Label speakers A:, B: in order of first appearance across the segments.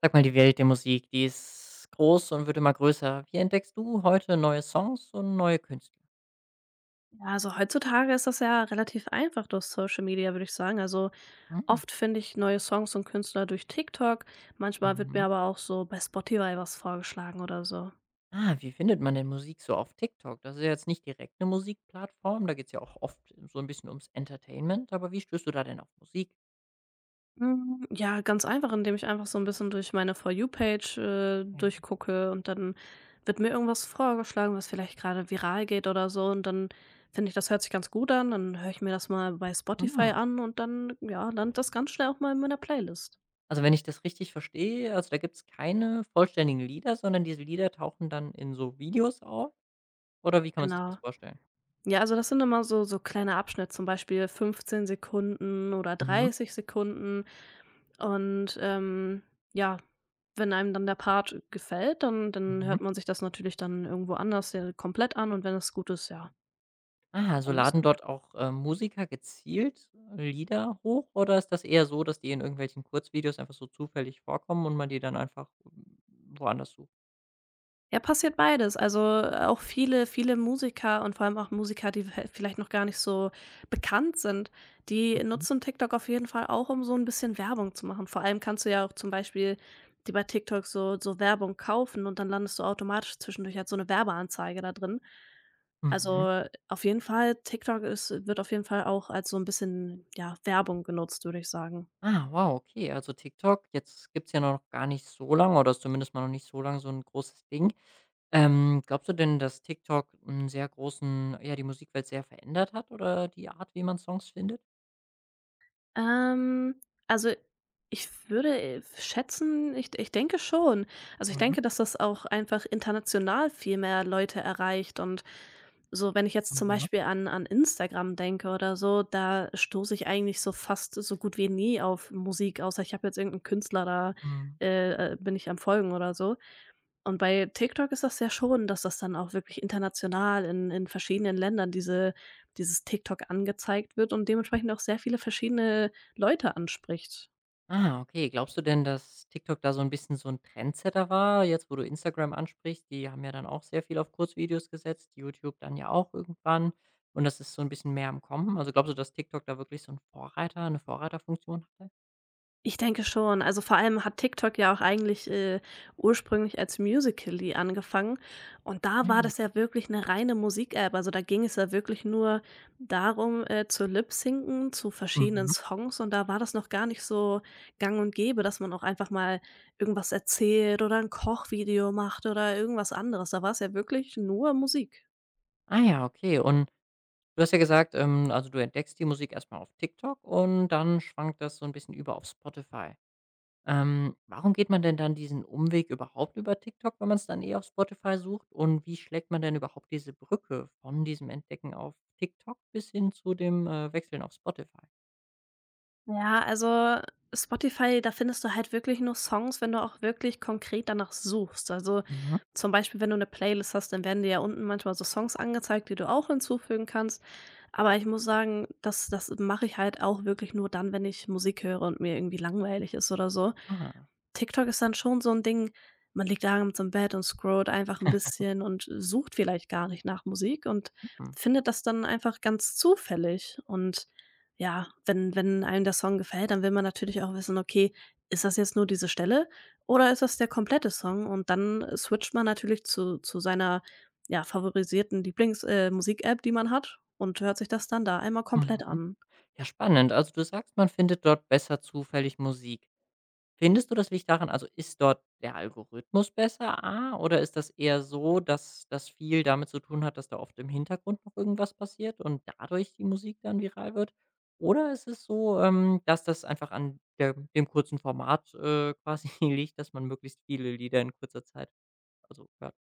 A: Sag mal, die Welt der Musik, die ist groß und wird immer größer. Wie entdeckst du heute neue Songs und neue Künstler?
B: Ja, also heutzutage ist das ja relativ einfach durch Social Media, würde ich sagen. Also
A: Hm.
B: oft finde ich neue Songs und Künstler durch TikTok. Manchmal wird
A: Mhm.
B: mir aber auch so bei Spotify was vorgeschlagen oder so.
A: Ah, wie findet man denn Musik so auf TikTok? Das ist ja jetzt nicht direkt eine Musikplattform, da geht's ja auch oft so ein bisschen ums Entertainment, aber wie stößt du da denn auf Musik?
B: Hm, ja, ganz einfach, indem ich einfach so ein bisschen durch meine For You-Page
A: Ja,
B: durchgucke und dann wird mir irgendwas vorgeschlagen, was vielleicht gerade viral geht oder so. Und dann finde ich, das hört sich ganz gut an. Dann höre ich mir das mal bei Spotify
A: hm.
B: an und dann, ja, landet das ganz schnell auch mal in meiner Playlist.
A: Also, wenn ich das richtig verstehe, also, da gibt's keine vollständigen Lieder, sondern diese Lieder tauchen dann in so Videos auf oder wie kann man sich das
B: Genau.
A: vorstellen?
B: Ja, also das sind immer so kleine Abschnitte, zum Beispiel 15 Sekunden oder
A: Mhm.
B: 30 Sekunden. Und, ja, wenn einem dann der Part gefällt, dann
A: Mhm.
B: hört man sich das natürlich dann irgendwo anders ja komplett an, und wenn es gut ist, ja,
A: Ah, also
B: dann ist.
A: laden dort auch, Musiker gezielt Lieder hoch oder ist das eher so, dass die in irgendwelchen Kurzvideos einfach so zufällig vorkommen und man die dann einfach woanders sucht?
B: Ja, passiert beides. Also, auch viele Musiker und vor allem auch Musiker, die vi vielleicht noch gar nicht so bekannt sind, die
A: Mhm,
B: nutzen TikTok auf jeden Fall auch, um so ein bisschen Werbung zu machen. Vor allem kannst du ja auch zum Beispiel die bei TikTok so Werbung kaufen, und dann landest du automatisch zwischendurch halt so eine Werbeanzeige da drin.
A: mhm.
B: Also, auf jeden Fall TikTok ist wird auf jeden Fall auch als so ein bisschen, ja, Werbung genutzt, würde ich sagen.
A: Ah, wow, okay, also TikTok, jetzt gibt's ja noch gar nicht so lange oder ist zumindest mal noch nicht so lang so ein großes Ding. Glaubst du denn, dass TikTok 'n sehr großen ja, die Musikwelt sehr verändert hat oder die Art, wie man Songs findet?
B: Ähm, also, Ich würde, schätzen, ich denke schon. Also, ich
A: Mhm,
B: denke, dass das auch einfach international viel mehr Leute erreicht, und so, wenn ich jetzt zum
A: mhm,
B: Beispiel an Instagram denke oder so, da stoße ich eigentlich so fast so gut wie nie auf Musik, außer ich habe jetzt irgendeinen Künstler da,
A: mhm.
B: bin ich am Folgen oder so. Und bei TikTok ist das ja schon, dass das dann auch wirklich international in verschiedenen Ländern dieses TikTok angezeigt wird und dementsprechend auch sehr viele verschiedene Leute anspricht.
A: Ah, okay. Glaubst du denn, dass TikTok da so ein bisschen so ein Trendsetter war, jetzt wo du Instagram ansprichst? Die haben ja dann auch sehr viel auf Kurzvideos gesetzt, YouTube dann ja auch irgendwann und das ist so ein bisschen mehr am Kommen. Also, glaubst du, dass TikTok da wirklich so ein Vorreiter eine Vorreiterfunktion hatte?
B: Ich denke schon. Also, vor allem hat TikTok ja auch eigentlich, ursprünglich als Musical.ly angefangen, und da war das
A: Ah,
B: ja wirklich eine reine Musik-App. Also, da ging es ja wirklich nur darum, zu lip-syncen zu verschiedenen
A: mhm.
B: Songs, und da war das noch gar nicht so gang und gäbe, dass man auch einfach mal irgendwas erzählt oder ein Kochvideo macht oder irgendwas anderes. Da war es ja wirklich nur Musik.
A: Ah ja, okay. Und du hast ja gesagt, also, du entdeckst die Musik erstmal auf TikTok und dann schwankt das so ein bisschen über auf Spotify. Warum geht man denn dann diesen Umweg überhaupt über TikTok, wenn man es dann eh auf Spotify sucht? Und wie schlägt man denn überhaupt diese Brücke von diesem Entdecken auf TikTok bis hin zu dem, Wechseln auf Spotify?
B: Ja, also Spotify, da findest du halt wirklich nur Songs, wenn du auch wirklich konkret danach suchst. Also
A: Mhm.
B: zum Beispiel, wenn du eine Playlist hast, dann werden dir ja unten manchmal so Songs angezeigt, die du auch hinzufügen kannst. Aber ich muss sagen, das mache ich halt auch wirklich nur dann, wenn ich Musik höre und mir irgendwie langweilig ist oder so.
A: Ah,
B: TikTok ist dann schon so 'n Ding, man liegt abends im Bett und scrollt einfach 'n bisschen und sucht vielleicht gar nicht nach Musik und
A: mhm,
B: findet das dann einfach ganz zufällig. Und ja, wenn einem der Song gefällt, dann will man natürlich auch wissen: „Okay, ist das jetzt nur diese Stelle oder ist das der komplette Song?“ Und dann switcht man natürlich zu seiner, ja, favorisierten Lieblings Musik-App, die man hat, und hört sich das dann da einmal komplett
A: mhm.
B: an.
A: Ja, spannend. Also, du sagst, man findet dort besser zufällig Musik. Findest du, das liegt daran, also, ist dort der Algorithmus besser, A, oder ist das eher so, dass das viel damit zu tun hat, dass da oft im Hintergrund noch irgendwas passiert und dadurch die Musik dann viral wird? Oder ist es so, dass das einfach an der dem kurzen Format, quasi liegt, dass man möglichst viele Lieder in kurzer Zeit, also, hört?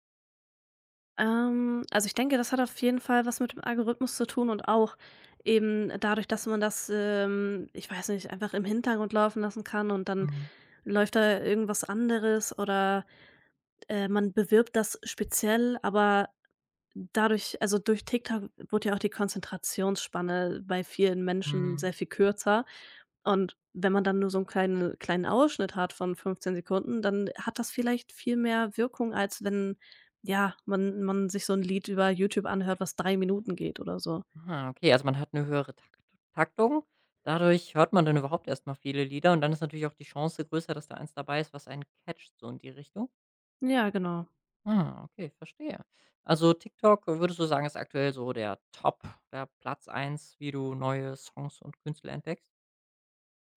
B: Also ich denke, das hat auf jeden Fall was mit dem Algorithmus zu tun und auch eben dadurch, dass man das, ich weiß nicht, einfach im Hintergrund laufen lassen kann, und dann
A: Mhm,
B: läuft da irgendwas anderes, oder, man bewirbt das speziell, aber durch TikTok wurde ja auch die Konzentrationsspanne bei vielen Menschen
A: mhm.
B: sehr viel kürzer. Und wenn man dann nur so einen kleinen Ausschnitt hat von 15 Sekunden, dann hat das vielleicht viel mehr Wirkung, als wenn, ja, man sich so ein Lied über YouTube anhört, was 3 Minuten geht oder so.
A: Ah, okay, also, man hat eine höhere Taktung. Dadurch hört man dann überhaupt erst mal viele Lieder und dann ist natürlich auch die Chance größer, dass da eins dabei ist, was einen catcht, so in die Richtung?
B: Ja, genau.
A: Ah, okay, verstehe. Also TikTok, würdest du sagen, ist aktuell so der der Platz eins, wie du neue Songs und Künstler entdeckst?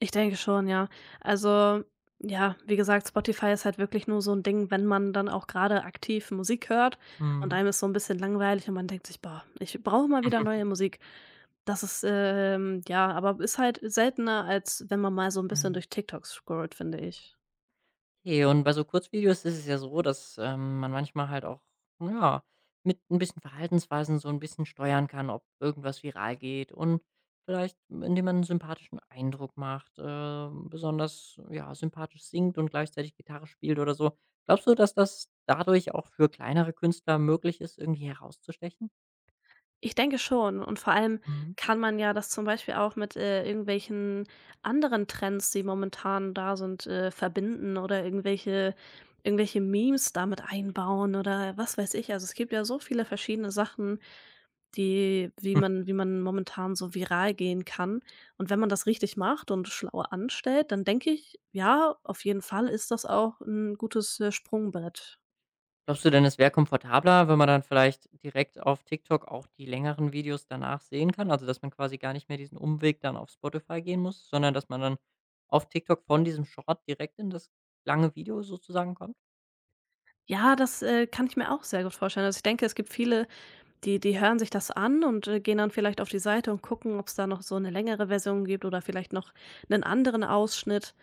B: Ich denke schon, ja. Also, ja, wie gesagt, Spotify ist halt wirklich nur so ein Ding, wenn man dann auch gerade aktiv Musik hört und
A: Mhm.
B: einem ist so ein bisschen langweilig und man denkt sich: „Boah, ich brauche mal wieder neue Musik.“ Das ist, ja, aber ist halt seltener, als wenn man mal so ein bisschen durch TikTok scrollt, finde ich.
A: Okay, und bei so Kurzvideos ist es ja so, dass, man manchmal halt auch, ja, mit ein bisschen Verhaltensweisen so ein bisschen steuern kann, ob irgendwas viral geht und vielleicht, indem man einen sympathischen Eindruck macht, besonders, ja, sympathisch singt und gleichzeitig Gitarre spielt oder so. Glaubst du, dass das dadurch auch für kleinere Künstler möglich ist, irgendwie herauszustechen?
B: Ich denke schon, und vor allem
A: Mhm.
B: kann man ja das zum Beispiel auch mit, irgendwelchen anderen Trends, die momentan da sind, verbinden oder irgendwelche Memes damit einbauen, oder was weiß ich. Also, es gibt ja so viele verschiedene Sachen, die wie man momentan so viral gehen kann. Und wenn man das richtig macht und schlau anstellt, dann denke ich, ja, auf jeden Fall ist das auch ein gutes, Sprungbrett.
A: Glaubst du denn, es wäre komfortabler, wenn man dann vielleicht direkt auf TikTok auch die längeren Videos danach sehen kann? Also, dass man quasi gar nicht mehr diesen Umweg dann auf Spotify gehen muss, sondern dass man dann auf TikTok von diesem Short direkt in das lange Video sozusagen kommt?
B: Ja, das, kann ich mir auch sehr gut vorstellen. Also, ich denke, es gibt viele. Die hören sich das an und, gehen dann vielleicht auf die Seite und gucken, ob es da noch so eine längere Version gibt oder vielleicht noch einen anderen Ausschnitt.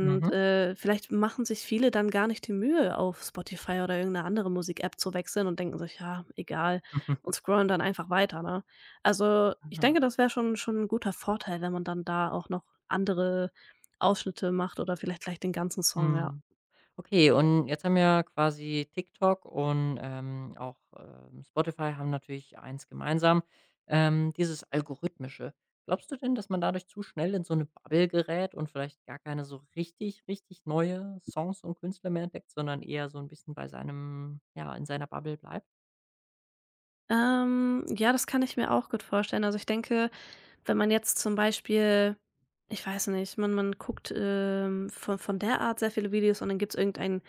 A: Mhm.
B: vielleicht machen sich viele dann gar nicht die Mühe, auf Spotify oder irgendeine andere Musik-App zu wechseln und denken sich: „Ja, egal“, und scrollen dann einfach weiter, ne? Also, ich
A: Aha.
B: denke, das wäre schon ein guter Vorteil, wenn man dann da auch noch andere Ausschnitte macht oder vielleicht gleich den ganzen Song, ja.
A: Mhm. Okay, und jetzt haben ja quasi TikTok und, auch, Spotify haben natürlich eins gemeinsam, dieses Algorithmische. Glaubst du denn, dass man dadurch zu schnell in so eine Bubble gerät und vielleicht gar keine so richtig, richtig neue Songs und Künstler mehr entdeckt, sondern eher so ein bisschen bei seinem, ja, in seiner Bubble bleibt?
B: Ja, das kann ich mir auch gut vorstellen. Also, ich denke Wenn man jetzt zum Beispiel, ich weiß nicht, man guckt, von der Art sehr viele Videos, und dann gibt's irgendeinen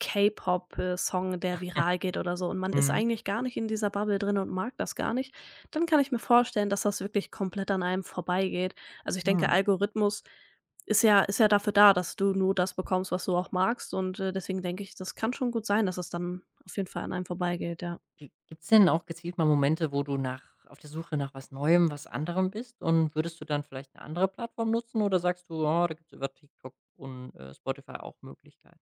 B: K-Pop, Song, der viral geht oder so, und man ist
A: Mhm.
B: eigentlich gar nicht in dieser Bubble drin und mag das gar nicht, dann kann ich mir vorstellen, dass das wirklich komplett an einem vorbeigeht. Also, ich denke,
A: Hm.
B: Algorithmus ist ja dafür da, dass du nur das bekommst, was du auch magst, und, deswegen denke ich, das kann schon gut sein, dass es dann auf jeden Fall an einem vorbeigeht, ja.
A: Gi Gibt's denn auch gezielt mal Momente, wo du nach auf der Suche nach was Neuem, was anderem bist? Und würdest du dann vielleicht eine andere Plattform nutzen oder sagst du: „Ah, da gibt's über TikTok und, Spotify auch Möglichkeiten?“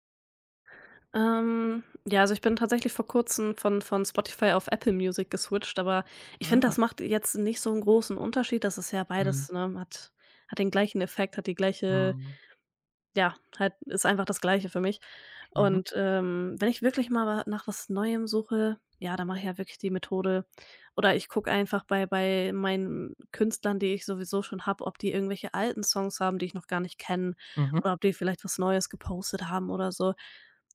B: Ja, also ich bin tatsächlich vor Kurzem von Spotify auf Apple Music geswitcht, aber ich finde,
A: Ah.
B: das macht jetzt nicht so einen großen Unterschied. Das ist ja
A: Mhm,
B: beides, ne, hat den gleichen Effekt, hat die gleiche,
A: mhm,
B: ja, halt ist einfach das Gleiche für mich.
A: mhm,
B: Und, wenn ich wirklich mal wa nach was Neuem suche, ja, dann mache ich ja wirklich die Methode oder ich gucke einfach bei meinen Künstlern, die ich sowieso schon habe, ob die irgendwelche alten Songs haben, die ich noch gar nicht kenne,
A: mhm.
B: oder ob die vielleicht was Neues gepostet haben oder so.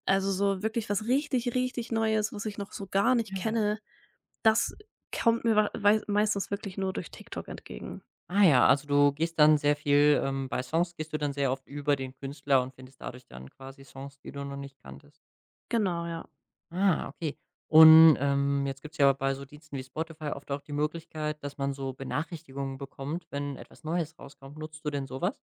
B: Also, so wirklich was richtig, richtig Neues, was ich noch so gar nicht
A: Ja, ja.
B: kenne, das kommt mir wa wei meistens wirklich nur durch TikTok entgegen.
A: Ah ja, also du gehst dann sehr viel, bei Songs gehst du dann sehr oft über den Künstler und findest dadurch dann quasi Songs, die du noch nicht kanntest.
B: Genau, ja.
A: Ah, okay. Und, jetzt gibt es ja bei so Diensten wie Spotify oft auch die Möglichkeit, dass man so Benachrichtigungen bekommt, wenn etwas Neues rauskommt. Nutzt du denn sowas?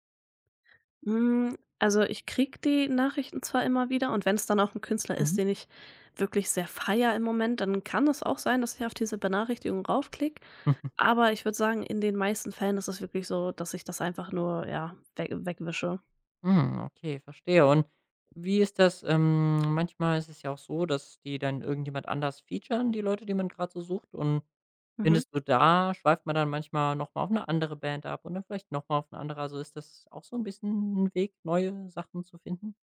B: Hm, also ich kriege die Nachrichten zwar immer wieder, und wenn es dann auch ein Künstler
A: Mhm.
B: ist, den ich wirklich sehr feier im Moment, dann kann es auch sein, dass ich auf diese Benachrichtigung raufklicke. Aber ich würde sagen, in den meisten Fällen ist es wirklich so, dass ich das einfach nur, ja, wegwische.
A: Hm, okay, verstehe. Und wie ist das, manchmal ist es ja auch so, dass die dann irgendjemand anders featuren, die Leute, die man gerade so sucht. Und
B: Mhm.
A: findest du, da schweift man dann manchmal noch mal auf eine andere Band ab und dann vielleicht noch mal auf eine andere. Also, ist das auch so ein bisschen ein Weg, neue Sachen zu finden?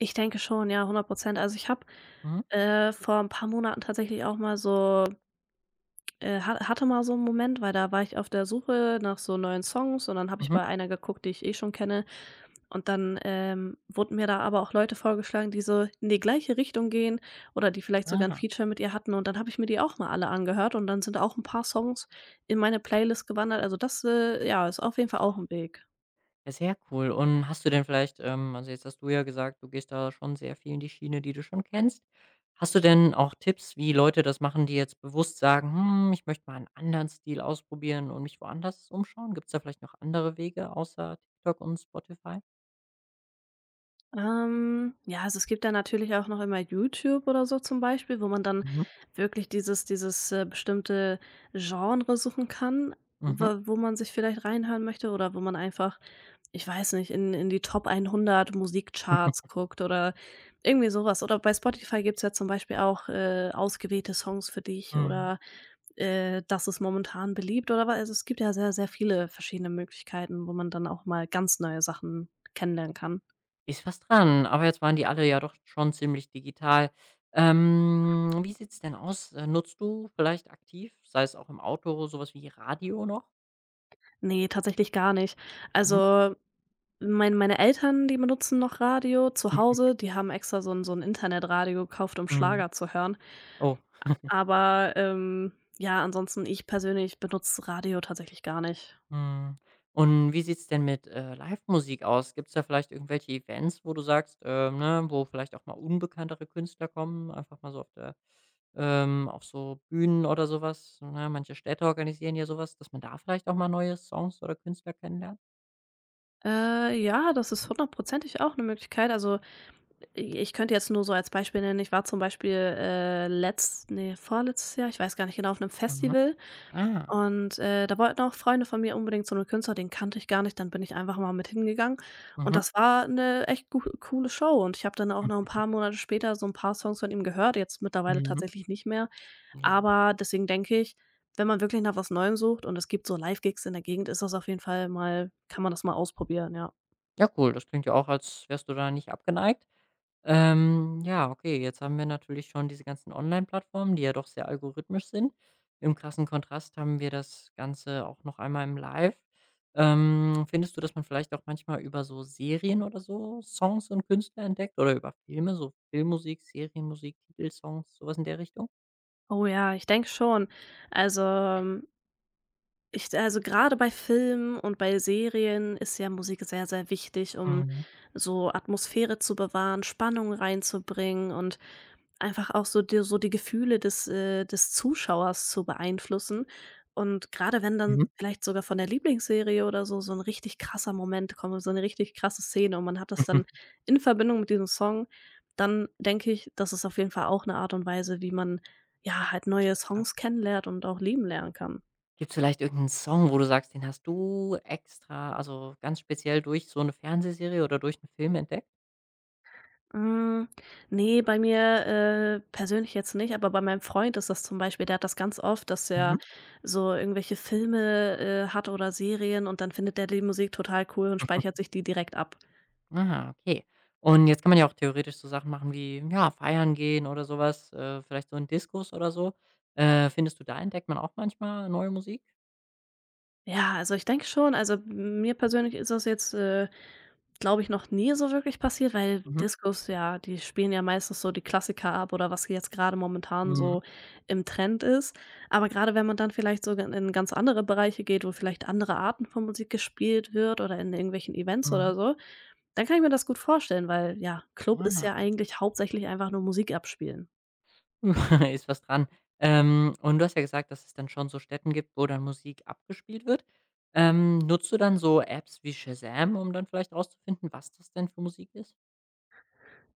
B: Ich denke schon, ja, 100%. Also, ich habe,
A: Mhm,
B: vor ein paar Monaten tatsächlich auch mal so ha hatte mal so einen Moment, weil da war ich auf der Suche nach so neuen Songs, und dann habe ich
A: mhm.
B: bei einer geguckt, die ich eh schon kenne. Und dann, wurden mir da aber auch Leute vorgeschlagen, die so in die gleiche Richtung gehen oder die vielleicht sogar ein
A: Ah.
B: Feature mit ihr hatten, und dann habe ich mir die auch mal alle angehört, und dann sind auch ein paar Songs in meine Playlist gewandert. Also, das, ja, ist auf jeden Fall auch ein Weg.
A: Ja, sehr cool. Und hast du denn vielleicht, also, jetzt hast du ja gesagt, du gehst da schon sehr viel in die Schiene, die du schon kennst. Hast du denn auch Tipps, wie Leute das machen, die jetzt bewusst sagen: „Hm, ich möchte mal einen anderen Stil ausprobieren und mich woanders umschauen?“ Gibt es da vielleicht noch andere Wege außer TikTok und Spotify?
B: Ja, also es gibt ja natürlich auch noch immer YouTube oder so zum Beispiel, wo man dann
A: Mhm,
B: wirklich dieses, bestimmte Genre suchen kann,
A: mhm,
B: wa wo man sich vielleicht reinhören möchte, oder wo man einfach, ich weiß nicht, in die Top 100 Musikcharts guckt oder irgendwie sowas. Oder bei Spotify gibt's ja zum Beispiel auch, ausgewählte Songs für dich,
A: mhm.
B: oder, das ist momentan beliebt oder was. Also es gibt ja sehr, sehr viele verschiedene Möglichkeiten, wo man dann auch mal ganz neue Sachen kennenlernen kann.
A: Ist was dran, aber jetzt waren die alle ja doch schon ziemlich digital. Wie sieht's denn aus? Nutzt du vielleicht aktiv, sei es auch im Auto, sowas wie Radio noch?
B: Ne, tatsächlich gar nicht.
A: Mhm.
B: Also, meine Eltern, die benutzen noch Radio zu Hause. Die haben extra so ein Internetradio gekauft, um
A: Mhm.
B: Schlager zu hören.
A: Oh.
B: Aber, ja, ansonsten ich persönlich benutze Radio tatsächlich gar nicht.
A: Mhm. Und wie sieht's denn mit, Musik aus? Gibt's da vielleicht irgendwelche Events, wo du sagst, ne, wo vielleicht auch mal unbekanntere Künstler kommen, einfach mal so auf der, auf so Bühnen oder sowas, ne? Manche Städte organisieren ja sowas, dass man da vielleicht auch mal neue Songs oder Künstler kennenlernt?
B: Ja, das ist hundertprozentig auch eine Möglichkeit. Also, ich könnte jetzt nur so als Beispiel nennen, ich war zum Beispiel, letzt ne, vorletztes Jahr, ich weiß gar nicht genau, auf einem
A: Mhm.
B: Festival.
A: Ah.
B: Und, da wollten auch Freunde von mir unbedingt so 'ne Künstler, den kannte ich gar nicht, dann bin ich einfach mal mit hingegangen, und
A: Mhm.
B: das war eine echt gu coole Show, und ich habe dann auch noch ein
A: Mhm.
B: paar Monate später so ein paar Songs von ihm gehört, jetzt mittlerweile
A: Mhm.
B: tatsächlich nicht mehr.
A: Ja.
B: Aber deswegen denke ich, wenn man wirklich nach was Neuem sucht und es gibt so Live-Gigs in der Gegend, ist das auf jeden Fall mal kann man das mal ausprobieren, ja.
A: Ja, cool. Das klingt ja auch, als wärst du da nicht abgeneigt. Ja, okay, jetzt haben wir natürlich schon diese ganzen Online-Plattformen, die ja doch sehr algorithmisch sind. Im krassen Kontrast haben wir das Ganze auch noch einmal im Live. Findest du, dass man vielleicht auch manchmal über so Serien oder so Songs und Künstler entdeckt oder über Filme, so Filmmusik, Serienmusik, Titelsongs, sowas in der Richtung?
B: Oh ja, ich denke schon. Also, ähm also, gerade bei Filmen und bei Serien ist ja Musik sehr, sehr wichtig, um
A: Mhm.
B: so Atmosphäre zu bewahren, Spannung reinzubringen und einfach auch so dir so die Gefühle des Zuschauers zu beeinflussen. Und gerade wenn dann
A: Mhm.
B: vielleicht sogar von der Lieblingsserie oder so so ein richtig krasser Moment kommt, so eine richtig krasse Szene und man hat das dann in Verbindung mit diesem Song, dann denke ich, das ist auf jeden Fall auch eine Art und Weise, wie man, ja, halt neue Songs kennenlernt und auch lieben lernen kann.
A: Gibt es vielleicht irgendeinen Song, wo du sagst, den hast du extra, also ganz speziell durch so eine Fernsehserie oder durch einen Film entdeckt?
B: Hm, ne, bei mir, persönlich jetzt nicht, aber bei meinem Freund ist das zum Beispiel, der hat das ganz oft, dass
A: Mhm.
B: er so irgendwelche Filme, hat oder Serien, und dann findet der die Musik total cool und speichert sich die direkt ab.
A: Aha, okay. Und jetzt kann man ja auch theoretisch so Sachen machen wie, ja, feiern gehen oder sowas. Vielleicht so in Discos oder so. Findest du, da entdeckt man auch manchmal neue Musik?
B: Ja, also ich denke schon, also, mir persönlich ist das jetzt, glaube ich, noch nie so wirklich passiert, weil
A: Mhm.
B: Discos, ja, die spielen ja meistens so die Klassiker ab oder was jetzt gerade momentan
A: Mhm.
B: so im Trend ist. Aber gerade wenn man dann vielleicht sogar in ganz andere Bereiche geht, wo vielleicht andere Arten von Musik gespielt wird oder in irgendwelchen Events
A: Mhm.
B: oder so, dann kann ich mir das gut vorstellen, weil ja, Club ist
A: Ah.
B: ja eigentlich hauptsächlich einfach nur Musik abspielen.
A: Ist was dran. Und du hast ja gesagt, dass es dann schon so Städten gibt, wo dann Musik abgespielt wird. Nutzt du dann so Apps wie Shazam, um dann vielleicht rauszufinden, was das denn für Musik ist?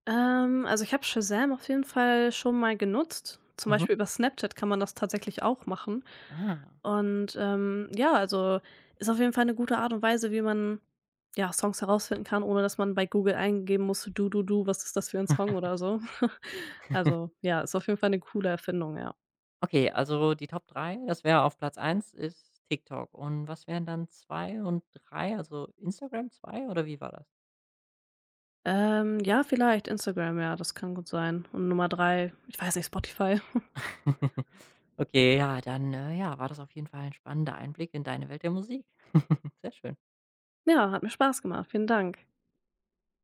B: Also, ich habe Shazam auf jeden Fall schon mal genutzt. Zum
A: Mhm.
B: Beispiel über Snapchat kann man das tatsächlich auch machen.
A: Ah.
B: Und, ja, also, ist auf jeden Fall eine gute Art und Weise, wie man, ja, Songs herausfinden kann, ohne dass man bei Google eingeben muss: „Du, du, was ist das für ein Song?“ oder so. Also, ja, ist auf jeden Fall eine coole Erfindung, ja.
A: Okay, also die Top 3, das wäre auf Platz eins ist TikTok. Und was wären dann 2 und 3? Also Instagram 2 oder wie war das?
B: Ja, vielleicht Instagram, ja, das kann gut sein. Und Nummer 3, ich weiß nicht, Spotify.
A: Okay, ja, dann, ja, war das auf jeden Fall ein spannender Einblick in deine Welt der Musik. Sehr schön.
B: Ja, hat mir Spaß gemacht. Vielen Dank.